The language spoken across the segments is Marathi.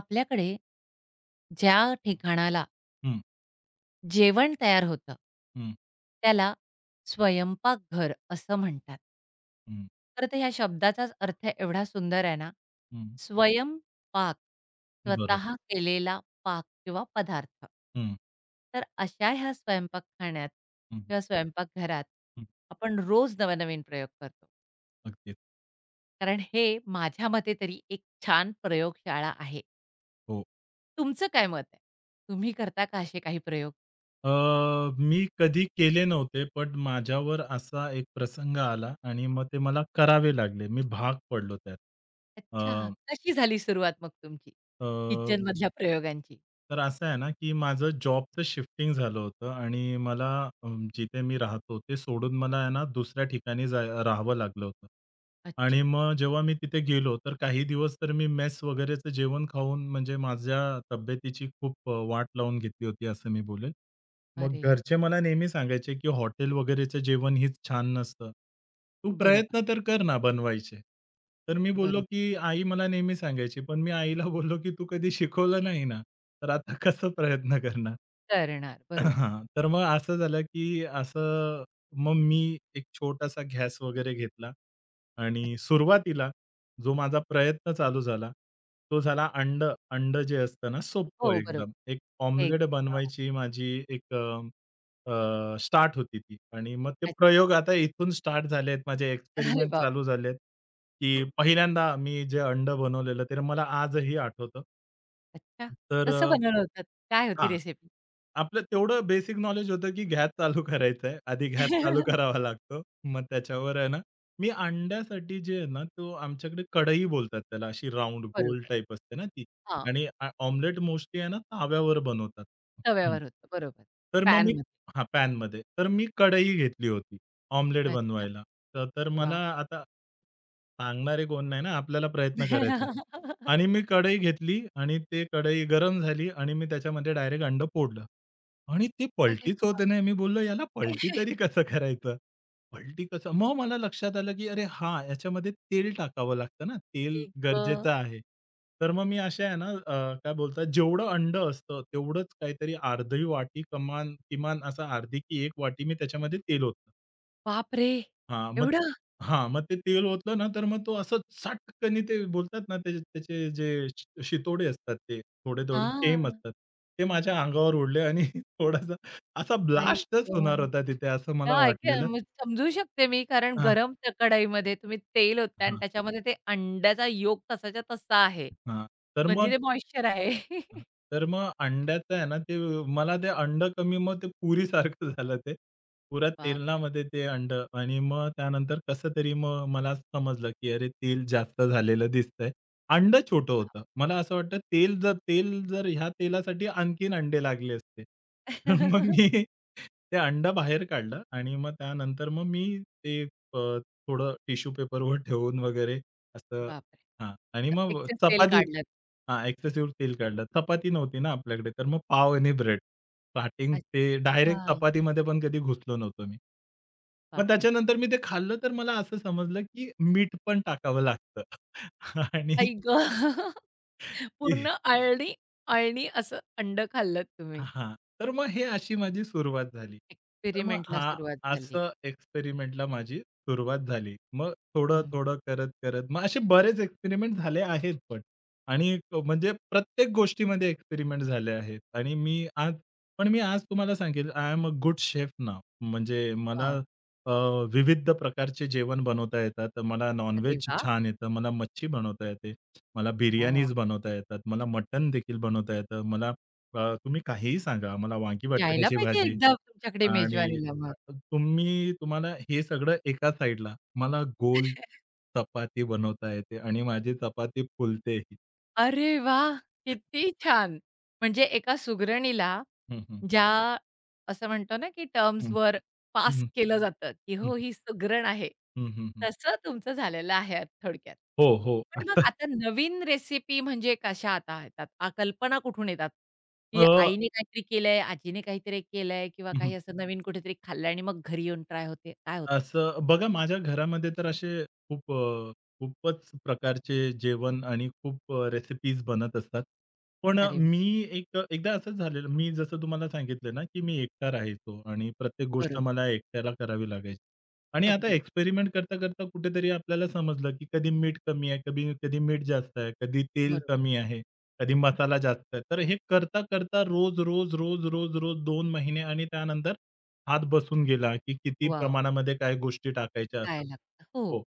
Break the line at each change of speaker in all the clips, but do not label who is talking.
आपल्याकडे ज्या ठिकाणाला
हं,
जेवण तयार होतं,
हं,
त्याला स्वयंपाकघर असं म्हणतात.
हं,
खरं तर ते ह्या शब्दाचाच अर्थ एवढा सुंदर आहे ना,
हं.
स्वयंपाक,
बरोबर.
स्वतः केलेला पाक किंवा पदार्थ.
हं,
तर अशा ह्या स्वयंपाकखान्यात
हं,
किंवा स्वयंपाकघरात
हं.
आपण रोज नवनवीन प्रयोग करतो.
अगदीच.
कारण हे माझ्या मते तरी एक छान प्रयोगशाळा आहे.
हो.
तुमचं काय मत आहे? तुम्ही करता का असे काही प्रयोग?
अ, मी कधी केले नव्हते, पण माझ्यावर असा एक प्रसंग आला आणि मग ते मला करावे लागले. मी भाग पडलो त्यात. अ,
अच्छा. कशी झाली सुरुवात मग तुमची?
अ
किचनमधल्या प्रयोगांची?
तर असं आहे ना, की माझं जॉबचं शिफ्टिंग झालं होतं आणि मला अ, जिथे मी राहतो ते सोडून मला आहे ना, दुसऱ्या ठिकाणी जाय राहावं लागलं होतं. आणि
अच्छा.
मग जेव्हा मी तिथे गेलो, तर काही दिवस तर मी मेस वगैरेचं जेवण खाऊन म्हणजे माझ्या तब्येतीची खूप वाट लावून घेतली होती असं मी बोलेल. मग
अरे!
घरचे मला नेहमी सांगायचे, की हॉटेल वगैरेचं जेवण हेच छान नसतं. तू
बरोबर,
प्रयत्न तर कर ना बनवायचे. तर मी बोललो,
बरोबर.
की आई मला नेहमी सांगायची. पण मी आईला बोललो, की तू कधी शिकवलं नाही ना, तर आता कसं प्रयत्न करणार?
करणार. बरोबर.
हां. तर मग असं झालं, की असं मग मी एक छोटासा गॅस वगैरे घेतला आणि
अच्छा.
सुरुवातीला जो माझा प्रयत्न चालू झाला, तो झाला अंडं जे असतं ना,
हो,
सोप्पं एकदम.
बरोबर.
एक ऑमलेट
एकदम. हां.
बनवायची माझी एक स्टार्ट होती ती आणि मग ते
अच्छा.
प्रयोग आता इथून स्टार्ट झालेत. माझे
अरे
एक्सपेरिमेंट चालू
बापरे!
झालेत, की पहिल्यांदा मी जे अंडं बनवलेलं, ते मला आजही आठवतं.
अच्छा.
तर अ,
कसं बनवलं होतं? काय होती
हां.
रेसिपी?
आपलं तेवढं बेसिक नॉलेज होतं, की गॅस चालू करायचा आहे. आधी गॅस चालू करावा लागतो. मग त्याच्यावर आहे ना, मी अंड्यासाठी जे आहे ना, तो आमच्याकडे कढई बोलतात त्याला, अशी राउंड गोल
बरोबर.
टाइप असते ना ती
हां.
आणि ऑमलेट मोस्टली आहे ना, ताव्यावर बनवतात. हं.
तव्यावर होतं. बरोबर.
तर मग मी
पॅनमध्ये.
हां, पॅनमध्ये. तर मी कढई घेतली होती ऑमलेट
अच्छा.
बनवायला. तर तर मला
वाह!
आता सांगणारे कोण नाही ना, आपल्याला प्रयत्न करायचे आणि मी कढई घेतली आणि ते कढई गरम झाली आणि मी त्याच्यामध्ये डायरेक्ट अंडं फोडलं. आणि ती
अरे
पलटीच होते नाही. मी
बापरे!
बोललो, "याला पलटी तरी कसं करायचं? पलटी कसं?" मग मला लक्षात आलं, की अरे हां, याच्यामध्ये तेल टाकावं लागतं ना, तेल
आई गं!
गरजेचं आहे. तर मग मी अशा आहे ना, काय बोलतात, जेवढं अंडं असतं तेवढंच काहीतरी अर्धी वाटी कमान किमान असा अर्धी की 1 वाटी मी त्याच्यामध्ये तेल ओतलं.
बापरे!
हां, मग ते
एवढं?
हां, मग ते तेल ओतलं ना, तर मग तो असं सटकन ते बोलतात ना, त्याचे त्याचे जे शितोडे असतात ते थोडे-थोडे थेंब
हां.
असतात. ते माझ्या
बरोबर.
अंगावर उडले आणि थोडासा असा
आई
ब्लास्टच होणार
गं!
होता तिथे असं मला
हां, ऐका ना,
वाटलेलं.
मी समजू शकते मी, कारण
हां,
गरम त्या कढईमध्ये तुम्ही तेल ओतताय आणि
हां,
त्याच्यामध्ये ते अंड्याचा yolk तसाच्या तसा आहे.
हां. तर
म्हणजे
मग
ते मॉइश्चर आहे.
हां. तर मग अंड्याचं आहे ना, ते मला ते अंडं कमी मग ते पुरीसारखं झालं ते. पुऱ्या
बापरे!
तेलामध्ये ते अंडं आणि मग त्यानंतर कसंतरी मग मला समजलं, की अरे तेल जास्त झालेलं दिसतंय. अंडं छोटं
बाप!
होतं. मला असं वाटतं तेल जर ह्या तेलासाठी आणखीन अंडे लागले असते. तर मग मी ते अंडं बाहेर काढलं आणि मग त्यानंतर मग मी ते अ, थोडं टिश्यू पेपरवर ठेवून वगैरे असं
बापरे!
हां. आणि
आता
मग
एक्सेस तेल
चपाती
काढलंत.
हां, एक्सेसिव्ह तेल काढलं. चपाती नव्हती ना आपल्याकडे, तर मग पाव आणि ब्रेड. स्टार्टिंग
अच्छा.
ते डायरेक्ट
हां.
चपातीमध्ये पण कधी घुसलो नव्हतो मी. मग
बापरे!
त्याच्यानंतर मी ते खाल्लं, तर मला असं समजलं, की मीठ पण टाकावं लागतं आणि
आई ग! पूर्ण अळणी अळणी असं अंड खाल्लत तुम्ही.
हां. तर मग हे अशी माझी सुरुवात झाली. तर मग
एक्सपेरिमेंटला
हां,
सुरुवात झाली.
असं एक्सपेरिमेंटला माझी सुरुवात झाली. मग
हं.
थोडं-थोडं करत-करत मग असे बरेच एक्सपेरिमेंट झाले आहेत पण. आणि म्हणजे प्रत्येक गोष्टीमध्ये एक्सपेरिमेंट झाले आहेत. आणि मी आज पण मी आज तुम्हाला सांगेल I am a good chef now. म्हणजे मला
वॉव!
अ, विविध प्रकारचे जेवण बनवता येतात. मला नॉन
अरे वाह!
छान येतं, मला मच्छी बनवता येते. मला
वॉव!
बिर्याणीज बनवता येतात. मला मटण देखील बनवता येतं. मला तुम्ही काहीही सांगा. मला वांगी
यायला
बटाट्याची
पाहिजे
भाजी
एकदा तुमच्याकडे
आणि
मेजवानीला
तुम्ही तुम्हाला हे सगळं एका साइडला. मला गोल
मग.
चपाती बनवता येते आणि माझी चपाती फुलतेही.
अरे वाह! किती छान. म्हणजे एका सुगरणीला
हं, हं.
ज्या असं म्हणतो ना, की
हं,
टर्म्सवर पास
हं,
केलं जातं, की हो
हं,
ही सुगरण आहे.
हं, हं, हं.
तसं तुमचं झालेलं आहे थोडक्यात.
हो, हो.
पण मग
आता
आता नवीन रेसिपी म्हणजे कशा आता येतात? कल्पना कुठून येतात?
अ,
की आईने काहीतरी केलंय, आजीने काहीतरी केलंय किंवा
हं.
काही असं नवीन कुठेतरी खाल्लं आणि मग घरी येऊन ट्राय होते. काय होतं?
असं बघा माझ्या घरामध्ये तर असे खूप खूपच प्रकारचे जेवण आणि खूप रेसिपीज बनत असतात. पण
अरे वाह!
मी एक एकदा असंच झालेलं मी जसं तुम्हाला सांगितलं ना, की मी एकटा राहायचो आणि प्रत्येक गोष्ट
बरोबर.
मला एकट्याला करावी लागायची. आणि आता
अगदीच.
एक्सपेरिमेंट करता-करता कुठेतरी आपल्याला समजलं, की कधी मीठ कमी आहे, कधी कधी मीठ जास्त आहे, कधी तेल
बरोबर.
कमी आहे, कधी मसाला जास्त आहे. तर हे करता-करता रोज, रोज, रोज, रोज, रोज 2 महिने आणि त्यानंतर हात बसून गेला, की किती
वॉव!
प्रमाणामध्ये काय गोष्टी टाकायच्या
काय
असतात.
लागतं. हो.
हो.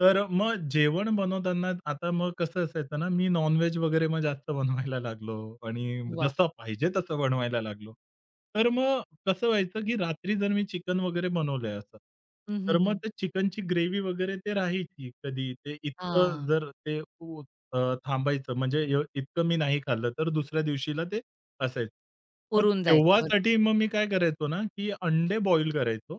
तर मग जेवण बनवताना आता मग कसं असायचं ना, मी नॉन-व्हेज वगैरे मग जास्त बनवायला लागलो आणि
वाह!
जसं पाहिजे तसं बनवायला लागलो. तर मग कसं व्हायचं, की रात्री जर मी चिकन वगैरे बनवलंय असं,
हं,
तर
हं,
मग
हं.
ते चिकनची ग्रेव्ही वगैरे ते राहायची कधी. ते इतकं
हां.
जर ते उ अ, थांबायचं म्हणजे य इतकं मी नाही खाल्लं, तर दुसऱ्या दिवशीला ते असायचं. मग
पुरून जायचं बरं.
तेव्हासाठी मग मी काय करायचो ना, की अंडे बॉईल करायचो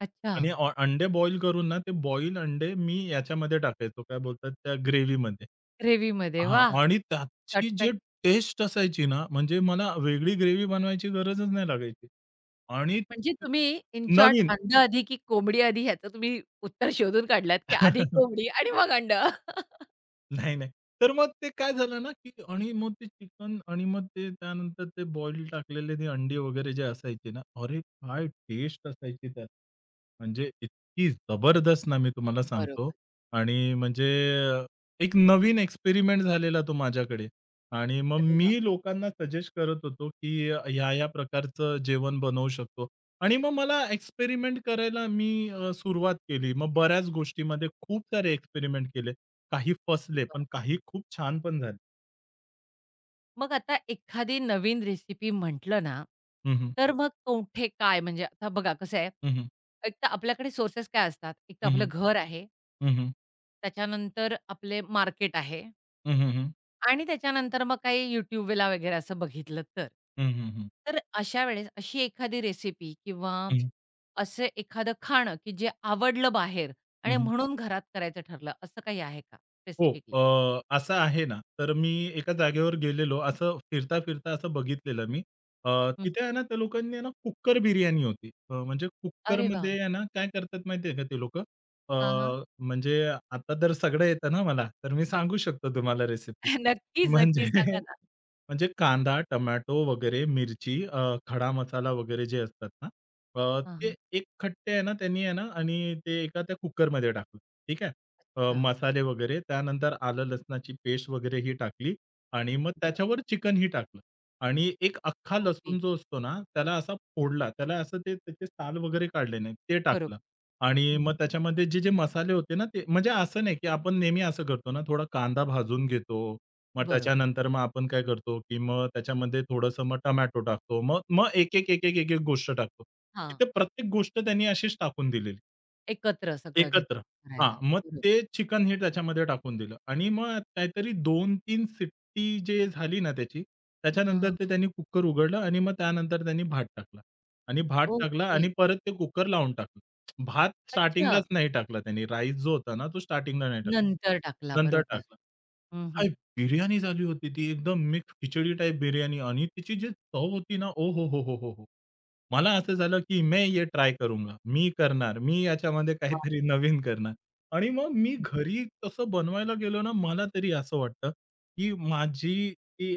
अच्छा.
आणि अंडे बॉईल करून ना, ते बॉईल अंडे मी याच्यामध्ये टाकायचो, काय बोलतात त्या ग्रेव्हीमध्ये.
ग्रेव्हीमध्ये.
हां.
वाह!
आणि त्याची जी
शॉर्टकट.
टेस्ट असायची ना, म्हणजे मला वेगळी ग्रेव्ही बनवायची गरजच नाही लागायची. आणि
म्हणजे तुम्ही इन शॉर्ट
नवीन.
अंड आधी की कोंबडी आधी ह्याचं तुम्ही उत्तर शोधून काढलात, की आधी कोंबडी आणि मग अंड.
नाही, नाही. तर मग ते काय झालं ना, की आणि मग ते चिकन आणि मग ते त्यानंतर ते बॉईल टाकलेले ते अंडी वगैरे जे असायचे ना, अरे काय टेस्ट असायची त्यात. म्हणजे इतकी जबरदस्त ना, मी तुम्हाला सांगतो
बरोबर.
आणि म्हणजे अ, एक नवीन एक्सपेरिमेंट झालेला तो माझ्याकडे आणि मग
अरे वाह!
मी लोकांना सजेस्ट करत होतो, की ह्या-ह्या प्रकारचं जेवण बनवू शकतो आणि मग मला एक्सपेरिमेंट करायला मी सुरुवात केली. मग बऱ्याच गोष्टीमध्ये खूप सारे एक्सपेरिमेंट केले. काही फसले,
वाह!
पण काही खूप छान पण झाले.
मग आता एखादी नवीन रेसिपी म्हटलं ना,
हं, हं.
तर मग कुठे काय म्हणजे आता बघा कसं आहे,
हं, हं.
एक तर आपल्याकडे सोर्सेस काय असतात? एक तर
हं,
आपलं
हं.
घर आहे
हं, हं.
त्याच्यानंतर आपले मार्केट आहे.
हं, हं, हं.
आणि त्याच्यानंतर मग काही YouTubeला वगैरे असं बघितलं तर.
हं, हं,
तर अशा वेळेस अशी एखादी रेसिपी किंवा असं एखादं खाणं, की जे आवडलं बाहेर आणि म्हणून घरात करायचं ठरलं, असं काही आहे का
हो.
स्पेसिफिकली?
असं आहे ना, तर मी एका जागेवर गेलेलो. असं फिरता-फिरता असं बघितलेलं मी. अ,
हं.
तिथे आहे ना, त्या लोकांनी आहे ना, कुकर बिर्याणी होती. म्हणजे
अरे वाह!
कुकरमध्ये आहे ना, काय करतात माहिती आहे का ते लोकं? अ,
हां, हां.
म्हणजे आता तर सगळं येतं ना मला, तर मी सांगू शकतो तुम्हाला रेसिपी.
नक्कीच,
म्हणजे
नक्कीच. सांगा ना.
म्हणजे कांदा, टोमॅटो वगैरे, मिरची, खडा मसाला वगैरे जे असतात ना,
हां,
ते
हां.
एकखट्टे आहे ना, त्यांनी आहे ना आणि ते एका त्या कुकरमध्ये टाकलं. ठीक आहे.
हां.
मसाले वगैरे, त्यानंतर आलं लसणाची पेस्ट वगैरे ही टाकली आणि मग
बरोबर.
त्याच्यावर चिकनही टाकलं आणि एक अख्खा
ओके.
लसूण जो असतो ना, त्याला असा फोडला. त्याला असं ते त्याचे साल वगैरे काढले नाहीत, ते टाकलं
बरोबर.
आणि मग
हं,
त्याच्यामध्ये जे-जे मसाले होते ना, ते म्हणजे असं नाही की आपण नेहमी असं करतो ना, थोडा कांदा भाजून घेतो मग
बरोबर.
त्याच्यानंतर मग आपण काय करतो, की मग त्याच्यामध्ये थोडंसं मग टोमॅटो टाकतो. मग मग एक-एक, एक-एक, एक-एक गोष्ट टाकतो.
हां.
तिथे प्रत्येक गोष्ट त्यांनी अशीच टाकून दिलेली
एकत्र सगळं
एकत्र.
घेतलं
हां,
करायला.
मग
बरोबर.
ते चिकन हे त्याच्यामध्ये टाकून दिलं आणि मग काहीतरी 2-3 सिट्टी जे झाली ना त्याची, त्याच्यानंतर
हां.
ते त्यांनी कुकर उघडलं आणि मग त्यानंतर त्यांनी भात टाकला आणि भात टाकला
ओके.
आणि परत ते कुकर लावून टाकलं. भात
अच्छा.
स्टार्टिंगलाच नाही टाकला त्यांनी. राईस जो होता ना, तो स्टार्टिंगला नाही
नंतर टाकला.
टाकला. नंतर
बरोबर.
टाकला.
हं, हं.
काय बिर्याणी झाली होती ती एकदम मिक्स खिचडी टाइप बिर्याणी आणि तिची जी चव होती ना, ओहोहोहोहो! मला असं झालं, की "मैं ये ट्राय करूंगा." मी करणार, मी याच्यामध्ये काहीतरी नवीन करणार आणि मग मी घरी तसं बनवायला गेलो ना, मला तरी असं वाटतं, की माझी ती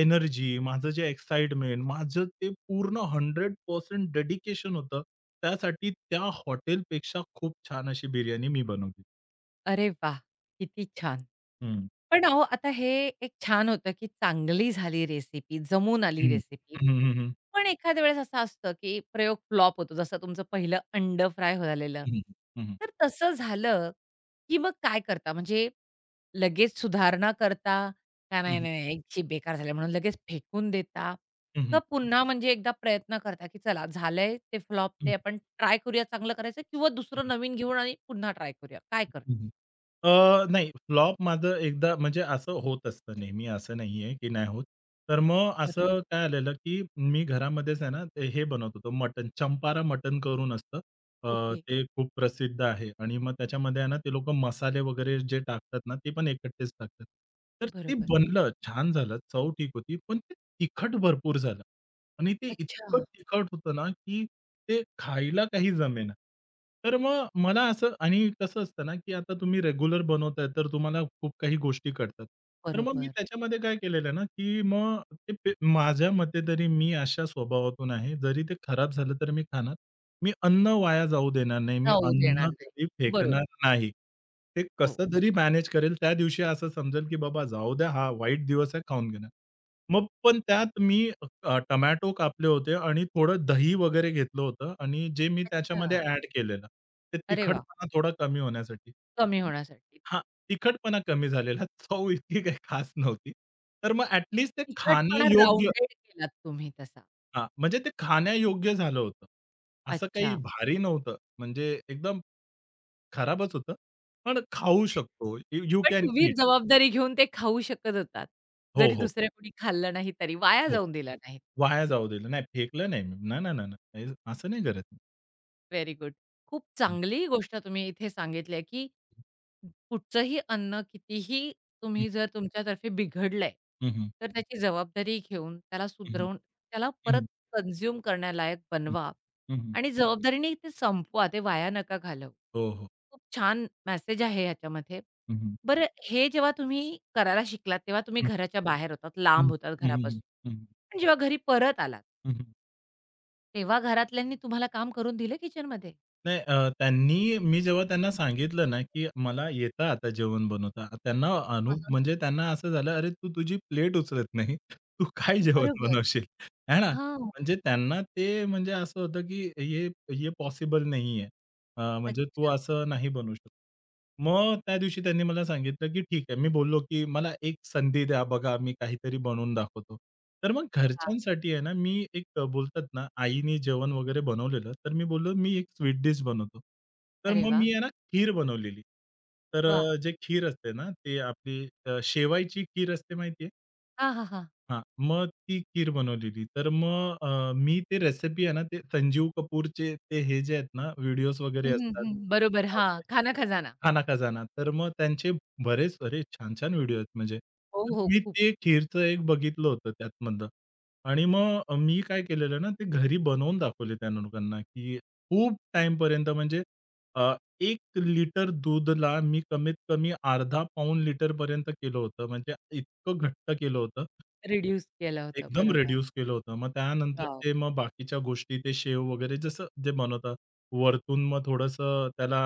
एनर्जी, माझं जे एक्साइटमेंट, माझं ते पूर्ण 100% डेडिकेशन होतं. त्यासाठी त्या हॉटेलपेक्षा खूप छान अशी बिर्याणी मी बनवली.
अरे वाह! किती छान.
हं.
पण अहो आता हे एक छान होतं, की चांगली झाली रेसिपी, जमून आली
हं.
रेसिपी.
हं, हं, हं.
पण एखाद्या वेळेस असं असतं, की प्रयोग फ्लॉप होतो. जसं तुमचं पहिलं अंडं फ्राय झालेलं.
हं, हं. हं,
तर तसं झालं, की मग काय करता? म्हणजे लगेच सुधारणा करता का नाही, नाही, नाही, शी बेकार झालं म्हणून लगेच फेकून देता?
हं, हं.
का पुन्हा म्हणजे एकदा प्रयत्न करता, की चला झालंय ते फ्लॉप
हं,
ते आपण ट्राय करूया चांगलं करायचं किंवा दुसरं
हं,
नवीन घेऊन आणि पुन्हा ट्राय करूया. काय करता?
हं, हं. अ, नाही फ्लॉप माझं एकदा म्हणजे असं होत असतं नेहमी, असं नाहीये की नाही होत. तर मग
बरोबर.
असं काय आलेलं, की मी घरामध्येच आहे ना, ते हे बनवत होतो मटण, चंपारा मटण करून असतं.
ओके.
ते खूप प्रसिद्ध आहे आणि मग त्याच्यामध्ये आहे ना, ते लोकं मसाले वगैरे जे टाकतात ना, ते पण एकट्टेच टाकतात. तर ते
बरोबर.
बनलं, छान झालं, चव ठीक होती, पण ते तिखट भरपूर झालं आणि ते इतकं
अच्छा.
तिखट होतं ना, की ते खायला काही जमेना. तर मग मला असं आणि कसं असतं ना, की आता तुम्ही रेग्युलर बनवताय, तर तुम्हाला खूप काही गोष्टी कळतात. तर मग मी
बरोबर.
त्याच्यामध्ये काय केलेलं आहे ना, की मग ते पे माझ्या मते तरी मी अशा स्वभावातून आहे, जरी ते खराब झालं तर मी खाणार. मी अन्न वाया जाऊ देणार नाही. मी
जाऊ देणार
अन्न
नाही.
कधी
बरोबर.
फेकणार नाही. ते
हो.
कसं जरी मॅनेज करेल, त्या दिवशी असं समजेल, की बाबा जाऊ द्या, हा वाईट दिवस आहे, खाऊन घेणार. मग पण त्यात मी टोमॅटो कापले होते आणि थोडं दही वगैरे घेतलं होतं आणि जे मी त्याच्यामध्ये
अच्छा.
ॲड केलेलं. ते
अरे वाह!
तिखटपणा थोडा कमी होण्यासाठी.
कमी होण्यासाठी.
हां, तिखटपणा कमी झालेला. चव इतकी काही खास नव्हती. तर मग ॲट लीस्ट ते
तिखटपणा
खाण्यायोग्य
राउंडेड केलात तुम्ही तसा.
हां, म्हणजे ते खाण्यायोग्य झालं होतं. असं काही
अच्छा.
भारी नव्हतं. म्हणजे एकदम खराबच होतं. पण खाऊ शकतो. यू यू
पण
कॅन
तुम्ही
ईट.
जबाबदारी घेऊन ते खाऊ शकत होतात.
हो,
जरी
हो,
दुसऱ्या कोणी खाल्लं नाही तरी वाया
हो.
जाऊन दिला नाही.
वाया जाऊ दिलं नाही. फेकलं नाही मी. नाही, नाही, नाही, नाही. असं नाही करत मी.
Very good. खूप
हं.
चांगली गोष्ट तुम्ही इथे सांगितली आहे, की कुठचंही अन्न कितीही तुम्ही जर तुमच्यातर्फे बिघडलंय,
हं, हं.
तर त्याची जबाबदारी घेऊन, त्याला
हं, हं.
सुधरवून, त्याला
हं,
परत
हं.
कन्झ्युम करण्यालायक
हं,
बनवा
हं, हं.
आणि जबाबदारीने ते संपवा. ते वाया नका घालवू.
हो, हो.
खूप छान मेसेज आहे ह्याच्यामध्ये.
हं, हं.
बरं हे जेव्हा तुम्ही करायला शिकलात, तेव्हा तुम्ही
हं,
घराच्या बाहेर होतात,
हं.
लांब होतात
हं, हं.
घरापासून.
हं, हं.
पण जेव्हा घरी परत आलात,
हं, हं. हं.
तेव्हा घरातल्यांनी तुम्हाला काम करून दिलं किचनमध्ये?
त्यांनी मी जेव्हा त्यांना सांगितलं ना, की मला येतं आता जेवण बनवता. त्यांना
हां,
म्हणजे त्यांना असं झालं, "अरे, तू तुझी प्लेट उचलत नाही. तू काय जेवण
बरोबर.
बनवशील?" आहे ना?
हां.
म्हणजे त्यांना ते म्हणजे असं होतं, की हे हे पॉसिबल नाहीये. म्हणजे तू
अच्छा.
असं नाही बनवू शकत. मग त्या दिवशी त्यांनी मला सांगितलं, की ठीक आहे. मी बोललो, की "मला एक संधी द्या बघा, मी काहीतरी बनवून दाखवतो." तर मग
वाह!
घरच्यांसाठी आहे ना, मी एक बोलतात ना, आईनी जेवण वगैरे बनवलेलं, तर मी बोललो, "मी एक स्वीट डिश बनवतो." तर
अरे
मग
वाह!
मी आहे ना, खीर बनवलेली. तर
वाह!
जे खीर असते ना, ते आपली शेवायची खीर असते माहिती
हां, हां, हां.
हां, मग ती खीर बनवलेली. तर मग मी ते रेसिपी आहे ना, ते संजीव कपूरचे ते हे जे आहेत ना, व्हिडिओज वगैरे
हं, हं,
असतात
हं. बरोबर. हां,
ऑनलाईन.
खाना-खजाना.
खाना खजाना. तर मग त्यांचे बरेच अरे, छान-छान व्हिडिओ आहेत म्हणजे.
हो,
तर
हो.
मी
खूप
ते खीरचं एक बघितलं होतं त्यातमधलं आणि मग मी काय केलेलं ना, ते घरी बनवून दाखवले त्या लोकांना, की खूप टाईमपर्यंत म्हणजे अ, 1 लिटर दूधला मी कमीत कमी अर्धा पाऊण लिटरपर्यंत केलं होतं. म्हणजे इतकं घट्ट केलं होतं.
रिड्यूस केलं होतं.
एकदम
बरोबर.
रिड्यूस केलं होतं. मग त्यानंतर
वॉव!
ते मग बाकीच्या गोष्टी ते शेव वगैरे जसं जे बनवतात. वरतून मग थोडंसं त्याला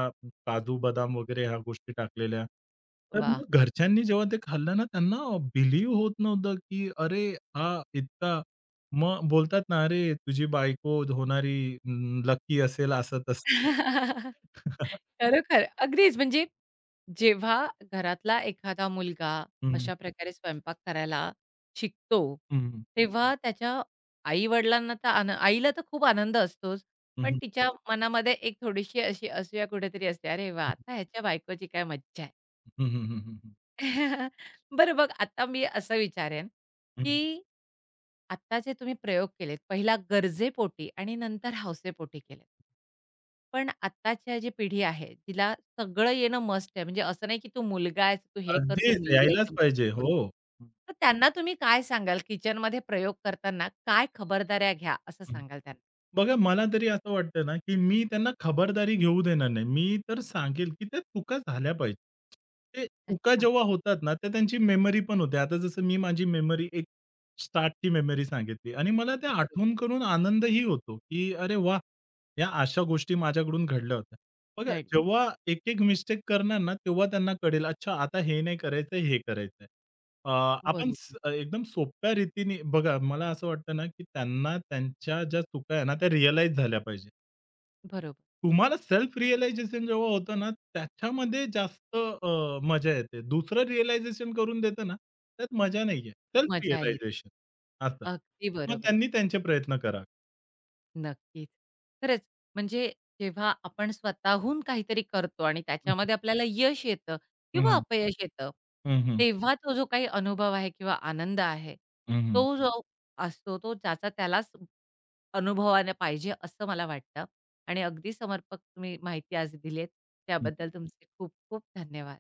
काजू, बदाम वगैरे ह्या गोष्टी टाकलेल्या. तर
वाह!
मग घरच्यांनी जेव्हा ते खाल्लं ना, त्यांना बिलीव होत नव्हतं, की अरे हा इतका मग बोलतात ना, "अरे तुझी बायको होणारी लकी असेल असं-तसं."
खरोखर. अगदीच म्हणजे जेव्हा घरातला एखादा मुलगा
हं, हं,
अशा प्रकारे स्वयंपाक करायला शिकतो,
हं,
तेव्हा त्याच्या आई-वडिलांना तर आन आईला तर खूप आनंद असतोच,
हं, हं, हं,
पण
हं,
तिच्या मनामध्ये एक थोडीशी अशी असूया कुठेतरी असते, "अरे वाह! आता ह्याच्या बायकोची काय मज्जा!"
हं,
बरं बघ, आता मी असं विचारेन, की आता जे तुम्ही प्रयोग केलेत, पहिला गरजेपोटी आणि नंतर हौसेपोटी केलेत. पण आत्ताची जी पिढी आहे, तिला सगळं येणं मस्ट आहे. म्हणजे असं नाही, की तू मुलगा आहेस, तू हे कर, तू
अगदीच
मुलगी आहेस,
यायलाच
ते
पाहिजे. हो.
करू.
हं,
तर त्यांना तुम्ही काय सांगाल? किचनमध्ये प्रयोग करताना काय खबरदाऱ्या घ्या, असं सांगाल त्यांना?
बघा, मला तरी असं वाटतं ना, की मी त्यांना खबरदारी घेऊ देणार नाही. मी तर सांगेल, की त्या चुका झाल्या पाहिजे. ते चुका
अच्छा.
जेव्हा होतात ना, तर त्यांची मेमरी पण होते. आता जसं मी माझी मेमरी एक स्टार्टची मेमरी सांगितली आणि मला ते
बरोबर.
आठवून करून आनंदही होतो, की अरे वाह! या अशा गोष्टी माझ्याकडून घडल्या होत्या. बघा,
घडल्या.
जेव्हा एक-एक मिस्टेक करणार ना, तेव्हा त्यांना कळेल, अच्छा आता हे नाही करायचंय, हे करायचंय. आपण
बरोबर,
एकदम सोप्या रीतीने बघा, मला असं वाटतं ना, की त्यांना त्यांच्या ज्या चुका आहे ना, त्या रिअलाईज झाल्या पाहिजे.
बरोबर.
तुम्हाला सेल्फ रिअलायझेशन जेव्हा होतं ना, त्याच्यामध्ये जास्त मजा येते. दुसरं रिअलायझेशन करून देतं ना, त्यात मजा नाहीये. सेल्फ
मजा येईल.
रिअलायझेशन असं.
अगदी
मग
बरोबर.
त्यांनी त्यांचे प्रयत्न करावे.
नक्कीच. खरंच म्हणजे जेव्हा आपण स्वतःहून काहीतरी करतो आणि
हं,
त्याच्यामध्ये आपल्याला यश येतं किंवा
हं.
अपयश येतं,
हं, हं.
तेव्हा तो जो काही अनुभव आहे किंवा आनंद आहे,
हं,
तो जो असतो तो ज्याचा त्यालाच अनुभवायला पाहिजे असं मला वाटतं आणि अगदी समर्पक तुम्ही माहिती आज दिलीत. त्याबद्दल तुमचे खूप खूप धन्यवाद.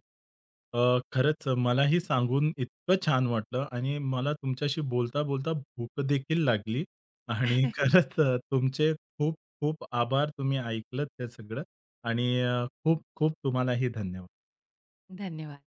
खरंच मलाही सांगून इतकं छान वाटलं आणि मला तुमच्याशी बोलता, बोलता भूक देखील लागली आणि खरंच तुमचे खूप खूप आभार. तुम्ही ऐकलत ते सगळं आणि खूप खूप तुम्हालाही धन्यवाद.
धन्यवाद.